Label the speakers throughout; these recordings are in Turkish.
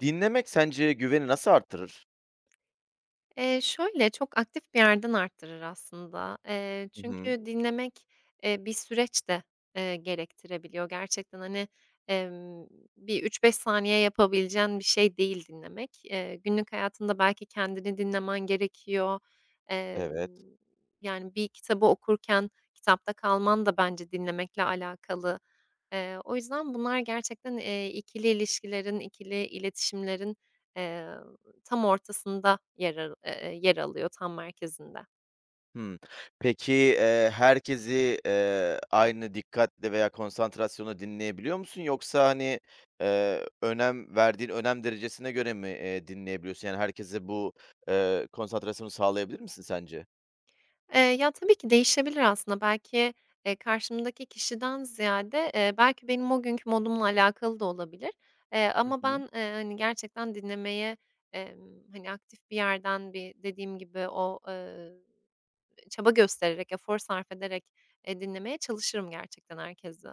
Speaker 1: Dinlemek sence güveni nasıl artırır?
Speaker 2: Şöyle, çok aktif bir yerden arttırır aslında.
Speaker 1: Hı hı.
Speaker 2: Çünkü dinlemek, bir süreç de, gerektirebiliyor. Gerçekten, hani, emm, bir üç beş saniye yapabileceğin bir şey değil dinlemek. Günlük hayatında belki kendini dinlemen gerekiyor.
Speaker 1: Evet.
Speaker 2: Emm, Yani, bir kitabı okurken kitapta kalman da bence dinlemekle alakalı. O yüzden bunlar gerçekten, ikili ilişkilerin, ikili iletişimlerin, tam ortasında yer alıyor, tam merkezinde.
Speaker 1: Hımm. Peki, herkesi, aynı dikkatle veya konsantrasyonla dinleyebiliyor musun? Yoksa, hani, önem verdiğin önem derecesine göre mi, dinleyebiliyorsun? Yani, herkese bu, konsantrasyonu sağlayabilir misin sence?
Speaker 2: Ya, tabii ki değişebilir aslında. Belki, karşımdaki kişiden ziyade, belki benim o günkü modumla alakalı da olabilir.
Speaker 1: Hı
Speaker 2: Ama
Speaker 1: hı.
Speaker 2: ben, hani, gerçekten dinlemeye, hani, aktif bir yerden bir dediğim gibi o, çaba göstererek, efor sarf ederek, dinlemeye çalışırım gerçekten herkesi.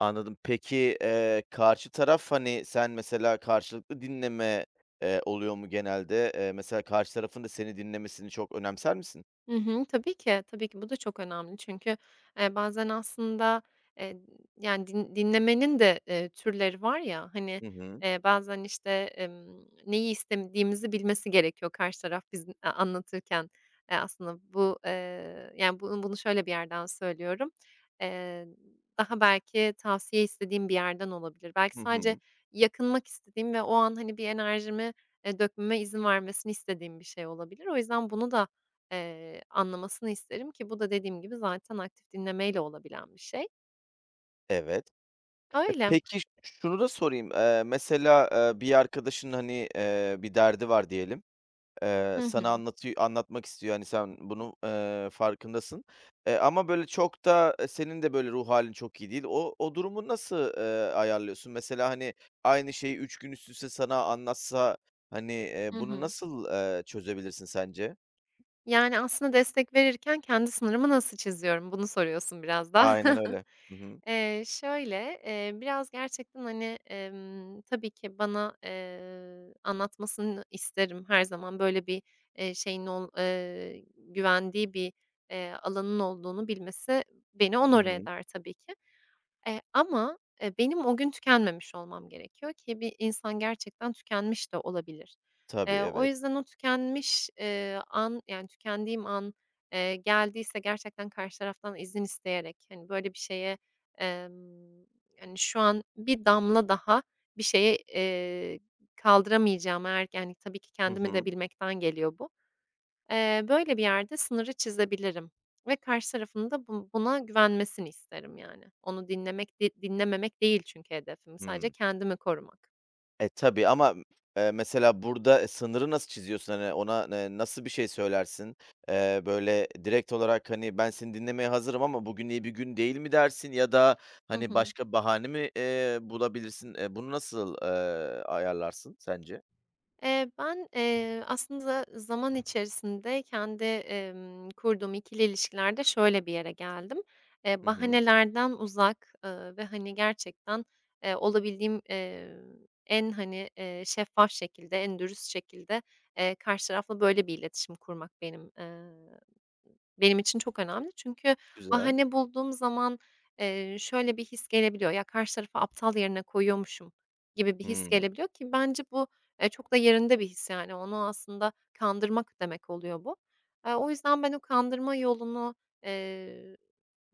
Speaker 1: Anladım. Peki, karşı taraf, hani, sen mesela karşılıklı dinleme, oluyor mu genelde? Mesela karşı tarafın da seni dinlemesini çok önemser misin?
Speaker 2: Hı hı. Tabii ki, tabii ki bu da çok önemli. Çünkü, bazen aslında, eee, yani, dinlemenin de, türleri var ya, hani,
Speaker 1: Hı hı.
Speaker 2: bazen, işte, neyi istemediğimizi bilmesi gerekiyor karşı taraf biz anlatırken. Aslında bu, yani, bunu şöyle bir yerden söylüyorum. Eee, Daha belki tavsiye istediğim bir yerden olabilir. Belki
Speaker 1: Hı
Speaker 2: sadece
Speaker 1: hı.
Speaker 2: yakınmak istediğim ve o an, hani, bir enerjimi, dökmeme izin vermesini istediğim bir şey olabilir. O yüzden bunu da anlamasını isterim ki bu da dediğim gibi zaten aktif dinlemeyle olabilen bir şey.
Speaker 1: Evet. E,
Speaker 2: Öyle.
Speaker 1: peki şunu da sorayım. Mesela, bir arkadaşının, hani, bir derdi var diyelim.
Speaker 2: Hı
Speaker 1: Sana
Speaker 2: hı.
Speaker 1: anlatıyor anlatmak istiyor, hani, sen bunun, farkındasın. Ama böyle çok da, senin de böyle ruh halin çok iyi değil. O durumu nasıl, ayarlıyorsun? Mesela, hani, aynı şeyi 3 gün üst üste sana anlatsa, hani,
Speaker 2: Hı
Speaker 1: bunu
Speaker 2: hı.
Speaker 1: nasıl, çözebilirsin sence?
Speaker 2: Yani, aslında destek verirken kendi sınırımı nasıl çiziyorum? Bunu soruyorsun biraz da.
Speaker 1: Aynen öyle. Hı hı.
Speaker 2: Şöyle, biraz gerçekten, hani, tabii ki bana, anlatmasını isterim. Her zaman böyle bir, şeyin ol güvendiği bir, alanın olduğunu bilmesi beni
Speaker 1: Hı
Speaker 2: onore
Speaker 1: hı.
Speaker 2: eder tabii ki. Ama, benim o gün tükenmemiş olmam gerekiyor ki bir insan gerçekten tükenmiş de olabilir.
Speaker 1: Tabii,
Speaker 2: O
Speaker 1: evet.
Speaker 2: yüzden o tükenmiş, an, yani, tükendiğim an, geldiyse gerçekten karşı taraftan izin isteyerek, hani, böyle bir şeye, emm, hani, şu an bir damla daha bir şeye, kaldıramayacağım eğer, yani, tabii ki
Speaker 1: Hı
Speaker 2: kendimi de
Speaker 1: hı.
Speaker 2: bilmekten geliyor bu. Böyle bir yerde sınırı çizebilirim ve karşı tarafın da buna güvenmesini isterim yani. Onu dinlemek de dinlememek değil çünkü hedefim, sadece
Speaker 1: Hıı.
Speaker 2: kendimi korumak.
Speaker 1: E, tabii ama, mesela burada, sınırı nasıl çiziyorsun? Hani, ona, nasıl bir şey söylersin? Böyle, direkt olarak, hani, "Ben seni dinlemeye hazırım ama bugün iyi bir gün değil." mi dersin ya da,
Speaker 2: Hı
Speaker 1: hani,
Speaker 2: hı.
Speaker 1: başka bahane mi, bulabilirsin? Bunu nasıl, ayarlarsın sence?
Speaker 2: Ben, aslında zaman içerisinde kendi, kurduğum ikili ilişkilerde şöyle bir yere geldim.
Speaker 1: Hı hı.
Speaker 2: Bahanelerden uzak, ve, hani, gerçekten, olabildiğim, en, hani, şeffaf şekilde, en dürüst şekilde, karşı tarafla böyle bir iletişim kurmak benim için çok önemli çünkü
Speaker 1: Güzel.
Speaker 2: bahane bulduğum zaman, şöyle bir his gelebiliyor, ya, karşı tarafı aptal yerine koyuyormuşum gibi bir his gelebiliyor ki bence bu, çok da yerinde bir his yani. Onu aslında kandırmak demek oluyor bu. O yüzden ben o kandırma yolunu, eee,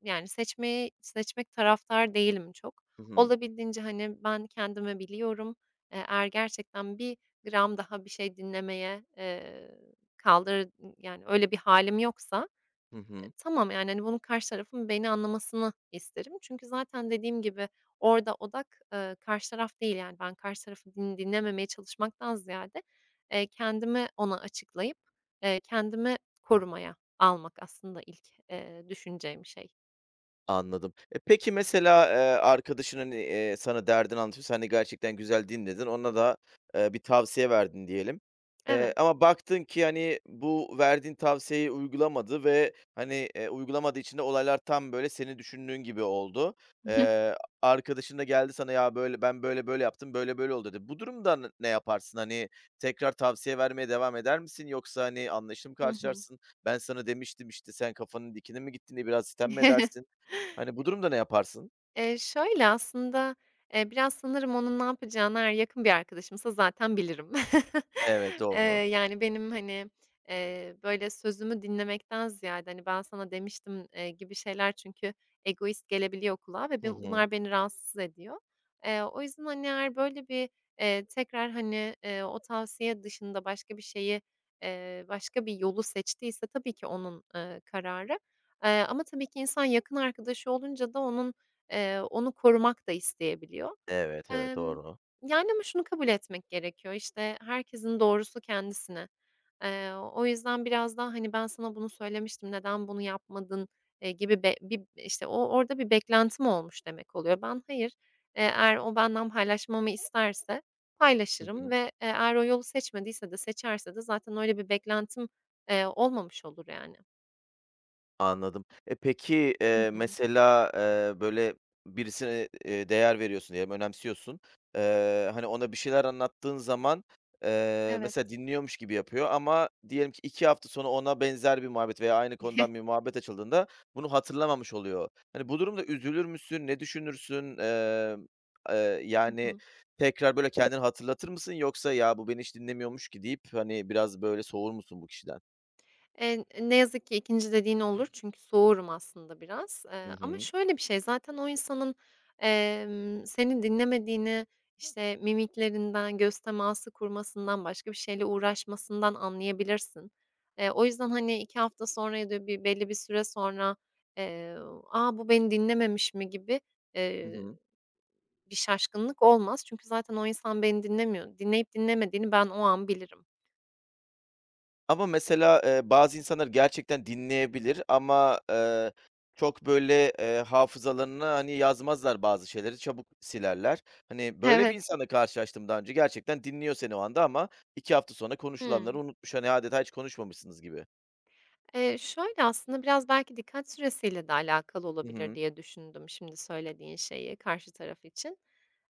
Speaker 2: yani seçmek taraftar değilim çok.
Speaker 1: Hı hı.
Speaker 2: Olabildiğince, hani, ben kendimi biliyorum. Eğer gerçekten bir gram daha bir şey dinlemeye, kaldır yani öyle bir halim yoksa,
Speaker 1: Hı hı.
Speaker 2: Tamam, yani, hani, bunun karşı tarafın beni anlamasını isterim. Çünkü zaten dediğim gibi orada odak, karşı taraf değil, yani, ben karşı tarafı dinlememeye çalışmaktan ziyade, kendimi ona açıklayıp, kendimi korumaya almak aslında ilk, düşüneceğim şey.
Speaker 1: Anladım. E, peki mesela, arkadaşın, hani, sana derdini anlatıyor. Sen de gerçekten güzel dinledin. Ona da, bir tavsiye verdin diyelim.
Speaker 2: Evet.
Speaker 1: Ama baktın ki, hani, bu verdiğin tavsiyeyi uygulamadı ve, hani, uygulamadığı için de olaylar tam böyle senin düşündüğün gibi oldu. Eee, arkadaşın da geldi sana, "Ya, böyle ben böyle böyle yaptım, böyle böyle oldu." dedi. Bu durumda ne yaparsın? Hani, tekrar tavsiye vermeye devam eder misin yoksa, hani, anlayışla mı
Speaker 2: Hı hı.
Speaker 1: karşılarsın? "Ben sana demiştim, işte, sen kafanın dikine mi gittiğini biraz sitem mi edersin? Hani, bu durumda ne yaparsın?
Speaker 2: Şöyle aslında, biraz sanırım onun ne yapacağını eğer yakın bir arkadaşımsa zaten bilirim.
Speaker 1: Evet, doğru.
Speaker 2: Yani benim, hani, böyle sözümü dinlemekten ziyade, hani, "Ben sana demiştim." Gibi şeyler çünkü egoist gelebiliyor kulağa ve
Speaker 1: Hı hı.
Speaker 2: bunlar beni rahatsız ediyor. O yüzden, hani, eğer böyle bir, tekrar, hani, o tavsiye dışında başka bir şeyi, başka bir yolu seçtiyse tabii ki onun, kararı. Ama tabii ki insan yakın arkadaşı olunca da onun onu korumak da isteyebiliyor.
Speaker 1: Evet, evet,
Speaker 2: Emm,
Speaker 1: doğru.
Speaker 2: Yani, ama şunu kabul etmek gerekiyor, işte, herkesin doğrusu kendisine. O yüzden biraz daha, hani, "Ben sana bunu söylemiştim, neden bunu yapmadın?" Gibi bir, işte, orada bir beklentim olmuş demek oluyor. Ben hayır, eğer o benden paylaşmamı isterse
Speaker 1: Hı
Speaker 2: paylaşırım
Speaker 1: hı.
Speaker 2: ve, eğer o yolu seçmediyse de seçerse de zaten öyle bir beklentim, olmamış olur yani.
Speaker 1: Anladım. E, peki,
Speaker 2: Hı hı.
Speaker 1: mesela, böyle, birisine, değer veriyorsun diyelim, önemsiyorsun. Hani, ona bir şeyler anlattığın zaman,
Speaker 2: Evet.
Speaker 1: mesela dinliyormuş gibi yapıyor ama diyelim ki 2 hafta sonra ona benzer bir muhabbet veya aynı konudan bir muhabbet açıldığında bunu hatırlamamış oluyor. Hani, bu durumda üzülür müsün, ne düşünürsün?
Speaker 2: Hı
Speaker 1: Yani,
Speaker 2: hı.
Speaker 1: tekrar, böyle, kendini hatırlatır mısın yoksa "Ya, bu beni hiç dinlemiyormuş ki." deyip, hani, biraz, böyle, soğur musun bu kişiden?
Speaker 2: Ne yazık ki ikinci dediğin olur çünkü soğurum aslında biraz.
Speaker 1: Hı
Speaker 2: Ama
Speaker 1: hı.
Speaker 2: şöyle bir şey, zaten o insanın, seni dinlemediğini, işte, mimiklerinden, göz teması kurmasından, başka bir şeyle uğraşmasından anlayabilirsin. O yüzden, hani, 2 hafta sonra ya da bir belli bir süre sonra, eee, "A, bu beni dinlememiş mi?" gibi,
Speaker 1: Hı
Speaker 2: eee,
Speaker 1: hı.
Speaker 2: bir şaşkınlık olmaz. Çünkü zaten o insan beni dinlemiyor. Dinleyip dinlemediğini ben o an bilirim.
Speaker 1: Ama mesela, bazı insanlar gerçekten dinleyebilir ama, çok böyle, hafızalarına, hani, yazmazlar bazı şeyleri, çabuk silerler. Hani, böyle bir
Speaker 2: Evet.
Speaker 1: insanla karşılaştım daha önce. Gerçekten dinliyor seni o anda ama 2 hafta sonra konuşulanları
Speaker 2: Hıı.
Speaker 1: unutmuş. Hani, adeta hiç konuşmamışsınız gibi.
Speaker 2: Şöyle aslında biraz belki dikkat süresiyle de alakalı
Speaker 1: Hı
Speaker 2: olabilir
Speaker 1: hı.
Speaker 2: diye düşündüm şimdi söylediğin şeyi karşı taraf için.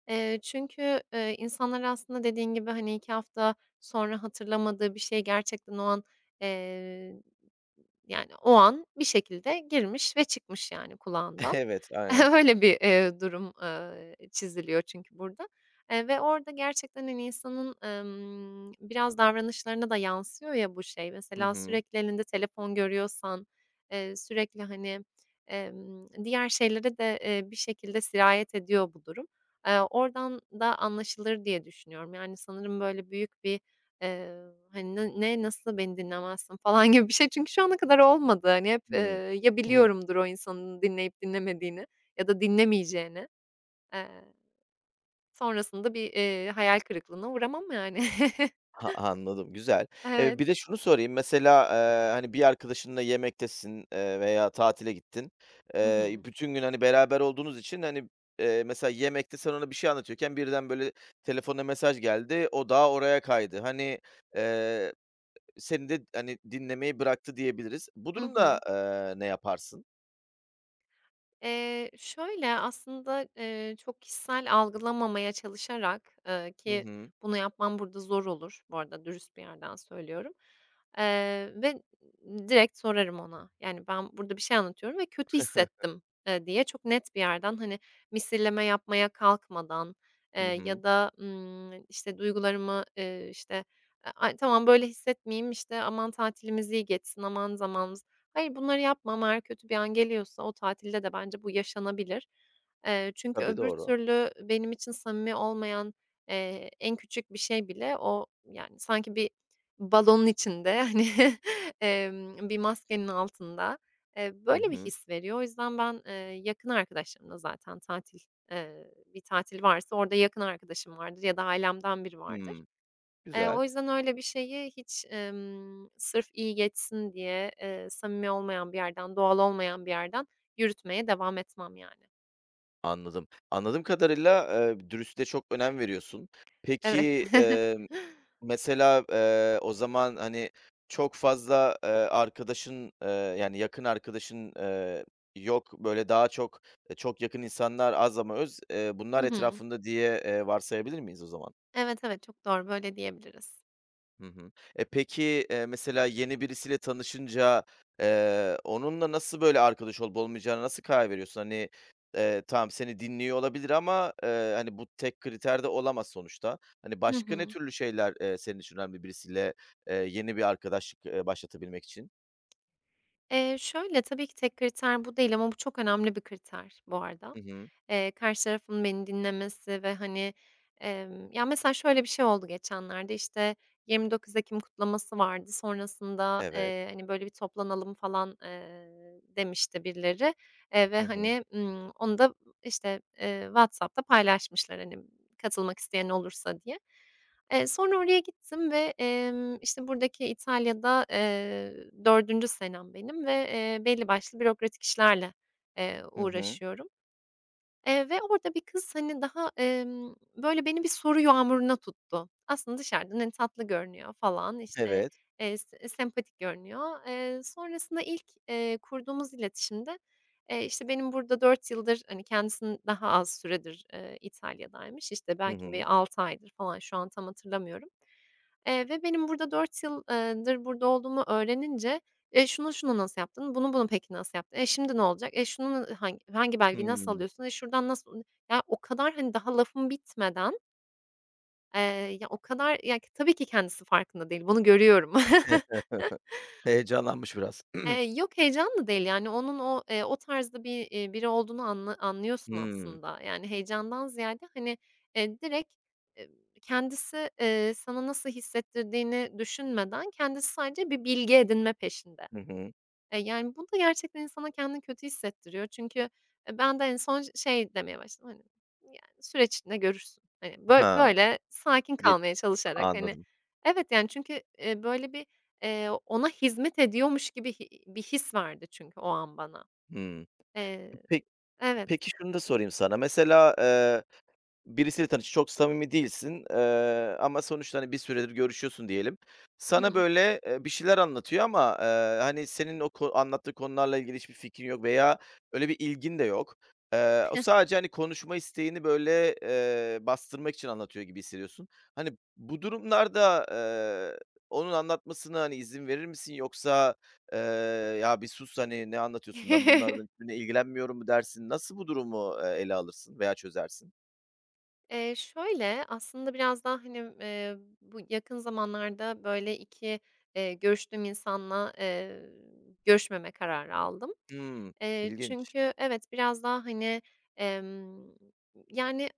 Speaker 2: Çünkü, insanlar aslında dediğin gibi, hani, 2 hafta sonra hatırlamadığı bir şey gerçekten o an, eee, yani, o an bir şekilde girmiş ve çıkmış yani kulağından.
Speaker 1: Evet, aynen.
Speaker 2: Öyle bir, durum, çiziliyor çünkü burada, ve orada gerçekten, hani, insanın, biraz davranışlarına da yansıyor ya bu şey.
Speaker 1: Hı
Speaker 2: Mesela
Speaker 1: hı.
Speaker 2: sürekli elinde telefon görüyorsan, sürekli, hani, diğer şeylere de, bir şekilde sirayet ediyor bu durum. Oradan da anlaşılır diye düşünüyorum. Yani, sanırım böyle büyük bir, eee, hani, "Ne, nasıl beni dinlemezsin?" falan gibi bir şey. Çünkü şu ana kadar olmadı. Hani, hep, ya
Speaker 1: Hıı.
Speaker 2: biliyorumdur o insanın dinleyip dinlemediğini ya da dinlemeyeceğini, eee, sonrasında bir, hayal kırıklığına uğramam yani.
Speaker 1: Ha anladım, güzel.
Speaker 2: Evet.
Speaker 1: Bir de şunu sorayım, mesela, hani, bir arkadaşınla yemektesin, veya tatile gittin.
Speaker 2: Hı hı.
Speaker 1: Bütün gün, hani, beraber olduğunuz için, hani, mesela yemekte sen ona bir şey anlatıyorken birden, böyle, telefonuna mesaj geldi, o daha oraya kaydı. Hani, eee, seni de, hani, dinlemeyi bıraktı diyebiliriz. Bu
Speaker 2: Hı
Speaker 1: durumda,
Speaker 2: hı.
Speaker 1: ne yaparsın?
Speaker 2: Şöyle, aslında, çok kişisel algılamamaya çalışarak,
Speaker 1: Hı
Speaker 2: ki
Speaker 1: hı.
Speaker 2: bunu yapmam burada zor olur, bu arada dürüst bir yerden söylüyorum, ve direkt sorarım ona. Yani, "Ben burada bir şey anlatıyorum ve kötü hissettim." Diye çok net bir yerden, hani, misilleme yapmaya kalkmadan,
Speaker 1: Hı hı.
Speaker 2: ya da, işte, duygularımı, işte, ay, tamam, böyle hissetmeyeyim, işte, aman tatilimiz iyi geçsin, aman zamanımız. Hayır, bunları yapmam. Eğer kötü bir an geliyorsa o tatilde de bence bu yaşanabilir. Çünkü
Speaker 1: Tabii,
Speaker 2: öbür
Speaker 1: doğru.
Speaker 2: türlü benim için samimi olmayan, en küçük bir şey bile o, yani, sanki bir balonun içinde, hani, bir maskenin altında,
Speaker 1: Hı
Speaker 2: böyle bir
Speaker 1: hı.
Speaker 2: his veriyor. O yüzden ben, yakın arkadaşlarımla zaten tatil, bir tatil varsa orada yakın arkadaşım vardır ya da ailemden biri vardır.
Speaker 1: Hımm. Güzel.
Speaker 2: O yüzden öyle bir şeyi hiç, sırf iyi geçsin diye, samimi olmayan bir yerden, doğal olmayan bir yerden yürütmeye devam etmem yani.
Speaker 1: Anladım. Anladığım kadarıyla, dürüstlüğe çok önem veriyorsun.
Speaker 2: Evet.
Speaker 1: Peki, mesela, o zaman, hani, çok fazla, arkadaşın, yani, yakın arkadaşın, yok, böyle, daha çok, e, çok yakın insanlar az ama öz, bunlar
Speaker 2: Hı hı.
Speaker 1: etrafında diye, varsayabilir miyiz o zaman?
Speaker 2: Evet, evet, çok doğru, böyle diyebiliriz.
Speaker 1: Hı hı. E, peki, mesela yeni birisiyle tanışınca, onunla nasıl böyle arkadaş olup olmayacağına nasıl karar veriyorsun? Hani, tamam seni dinliyor olabilir ama, hani, bu tek kriter de olamaz sonuçta. Hani,
Speaker 2: Hı
Speaker 1: başka ne
Speaker 2: hı.
Speaker 1: türlü şeyler, senin için önemli birisiyle, yeni bir arkadaşlık, başlatabilmek için?
Speaker 2: Şöyle, tabii ki tek kriter bu değil ama bu çok önemli bir kriter bu arada.
Speaker 1: Hı hı.
Speaker 2: Karşı tarafın beni dinlemesi ve, hani, ya, mesela şöyle bir şey oldu geçenlerde, işte, 29 Ekim kutlaması vardı. Sonrasında,
Speaker 1: Evet.
Speaker 2: hani, böyle, bir toplanalım falan, demişti birileri, ve,
Speaker 1: Hı hı.
Speaker 2: hani, onu da, işte, WhatsApp'ta paylaşmışlar, hani, katılmak isteyen olursa diye. Sonra oraya gittim ve, işte, buradaki İtalya'da, 4'üncü senem benim ve, belli başlı bürokratik işlerle,
Speaker 1: Hı hı.
Speaker 2: uğraşıyorum. Ve orada bir kız, hani, daha, böyle, beni bir soru yağmuruna tuttu. Aslında dışarıdan, hani, tatlı görünüyor falan, işte,
Speaker 1: Evet.
Speaker 2: sempatik görünüyor. Sonrasında ilk, kurduğumuz iletişimde, işte, benim burada 4 yıldır, hani, kendisi daha az süredir, İtalya'daymış, işte,
Speaker 1: Hı
Speaker 2: belki
Speaker 1: hı.
Speaker 2: bir 6 aydır falan şu an tam hatırlamıyorum. Ve benim burada 4 yıldır burada olduğumu öğrenince, "E, şunu şunu nasıl yaptın? Bunu bunu peki nasıl yaptın? E, şimdi ne olacak? E, şunun hangi hangi belgeyi nasıl
Speaker 1: Hımm.
Speaker 2: alıyorsun? E, şuradan nasıl" Ya, o kadar, hani, daha lafım bitmeden, eee, ya, o kadar, ya, tabii ki kendisi farkında değil, bunu görüyorum.
Speaker 1: heyecanlanmış biraz.
Speaker 2: Yok, heyecan da değil, yani, onun o, o tarzda bir, biri olduğunu anlıyorsun
Speaker 1: Hımm.
Speaker 2: aslında. Yani, heyecandan ziyade, hani, direkt, eee, kendisi, sana nasıl hissettirdiğini düşünmeden kendisi sadece bir bilgi edinme peşinde.
Speaker 1: Hı hı.
Speaker 2: Yani, bu da gerçekten insana kendini kötü hissettiriyor. Çünkü, ben de en son şey demeye başladım, hani, yani, "Süreç içinde görürsün." Hani,
Speaker 1: Ha.
Speaker 2: böyle sakin
Speaker 1: Ge
Speaker 2: kalmaya çalışarak, hani.
Speaker 1: anladım.
Speaker 2: Evet, yani, çünkü, böyle bir, ona hizmet ediyormuş gibi bir his vardı çünkü o an bana.
Speaker 1: Hımm.
Speaker 2: Eee
Speaker 1: Peki
Speaker 2: Evet.
Speaker 1: Peki şunu da sorayım sana. Mesela, Birisiyle çok samimi değilsin, ama sonuçta, hani, bir süredir görüşüyorsun diyelim.
Speaker 2: Hı
Speaker 1: Sana,
Speaker 2: hı.
Speaker 1: böyle, bir şeyler anlatıyor ama, hani, senin o anlattığı konularla ilgili hiçbir fikrin yok veya öyle bir ilgin de yok. O sadece, hani, konuşma isteğini, böyle, bastırmak için anlatıyor gibi hissediyorsun. Hani, bu durumlarda, onun anlatmasına, hani, izin verir misin yoksa, eee, "Ya, bir sus, hani, ne anlatıyorsun, ben bunlardan hiçbirine ilgilenmiyorum." mu dersin? Nasıl bu durumu, ele alırsın veya çözersin?
Speaker 2: Şöyle, aslında biraz daha, hani, bu yakın zamanlarda, böyle, 2 görüştüğüm insanla, görüşmeme kararı aldım.
Speaker 1: Hımm, ilginç.
Speaker 2: Çünkü evet, biraz daha, hani, emm, yani,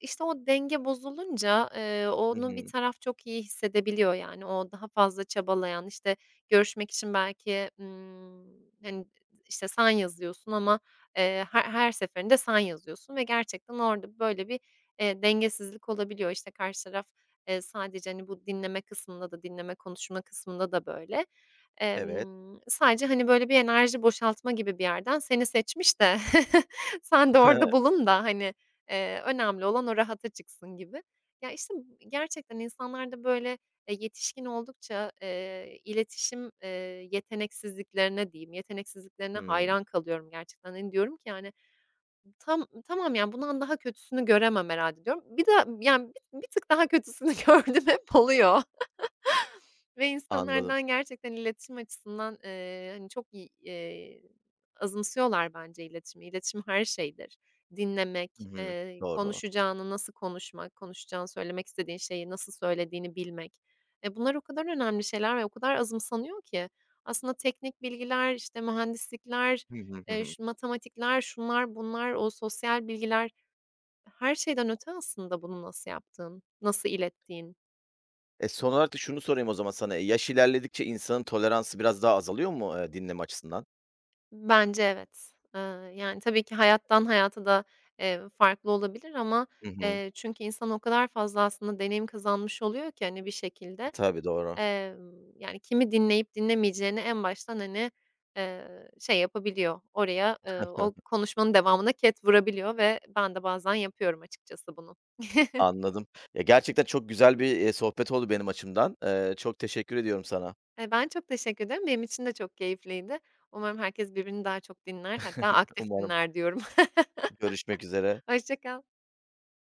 Speaker 2: işte, o denge bozulunca,
Speaker 1: Hı
Speaker 2: onu bir
Speaker 1: hı.
Speaker 2: taraf çok iyi hissedebiliyor, yani, o daha fazla çabalayan, işte, görüşmek için belki, hani, işte, sen yazıyorsun ama, her seferinde sen yazıyorsun ve gerçekten orada böyle bir, dengesizlik olabiliyor. İşte, karşı taraf, sadece, hani, bu dinleme kısmında da dinleme konuşma kısmında da böyle.
Speaker 1: Evet.
Speaker 2: Sadece, hani, böyle, bir enerji boşaltma gibi bir yerden seni seçmiş de sen de orada bulun da, hani, önemli olan o rahata çıksın gibi. Ya, işte, gerçekten insanlarda, böyle, yetişkin oldukça, iletişim, yeteneksizliklerine diyeyim, yeteneksizliklerine
Speaker 1: Hımm,
Speaker 2: hayran kalıyorum gerçekten. Hani, diyorum ki, yani, tam tamam, yani, bundan daha kötüsünü göremem herhâlde diyorum. Bir de, yani, bir tık daha kötüsünü gördüm hep oluyor. Ve
Speaker 1: anladım.
Speaker 2: insanlardan gerçekten iletişim açısından, hani, çok iyi, azımsıyorlar bence iletişimi. İletişim her şeydir. Dinlemek,
Speaker 1: Hı hı. Doğru.
Speaker 2: konuşacağını nasıl konuşmak, konuşacağını, söylemek istediğin şeyi nasıl söylediğini bilmek. E, bunlar o kadar önemli şeyler ve o kadar azımsanıyor ki. Aslında teknik bilgiler, işte, mühendislikler,
Speaker 1: Hı hı, hı hı.
Speaker 2: şu matematikler, şunlar bunlar, o sosyal bilgiler, her şeyden öte aslında bunu nasıl yaptığın, nasıl ilettiğin.
Speaker 1: E, son olarak da şunu sorayım o zaman sana. E, yaş ilerledikçe insanın toleransı biraz daha azalıyor mu, dinleme açısından?
Speaker 2: Bence evet. Yani, tabii ki hayattan hayata da, farklı olabilir ama,
Speaker 1: Hı hı.
Speaker 2: çünkü insan o kadar fazla aslında deneyim kazanmış oluyor ki, hani, bir şekilde.
Speaker 1: Tabii, doğru.
Speaker 2: Yani, kimi dinleyip dinlemeyeceğini en baştan, hani, şey yapabiliyor, oraya, o konuşmanın devamına ket vurabiliyor ve ben de bazen yapıyorum açıkçası bunu.
Speaker 1: Anladım. Ya, gerçekten çok güzel bir, sohbet oldu benim açımdan. Çok teşekkür ediyorum sana.
Speaker 2: Ben çok teşekkür ederim. Benim için de çok keyifliydi. Umarım herkes birbirini daha çok dinler, hatta aktif
Speaker 1: Umarım
Speaker 2: dinler diyorum.
Speaker 1: görüşmek üzere.
Speaker 2: Hoşça kal.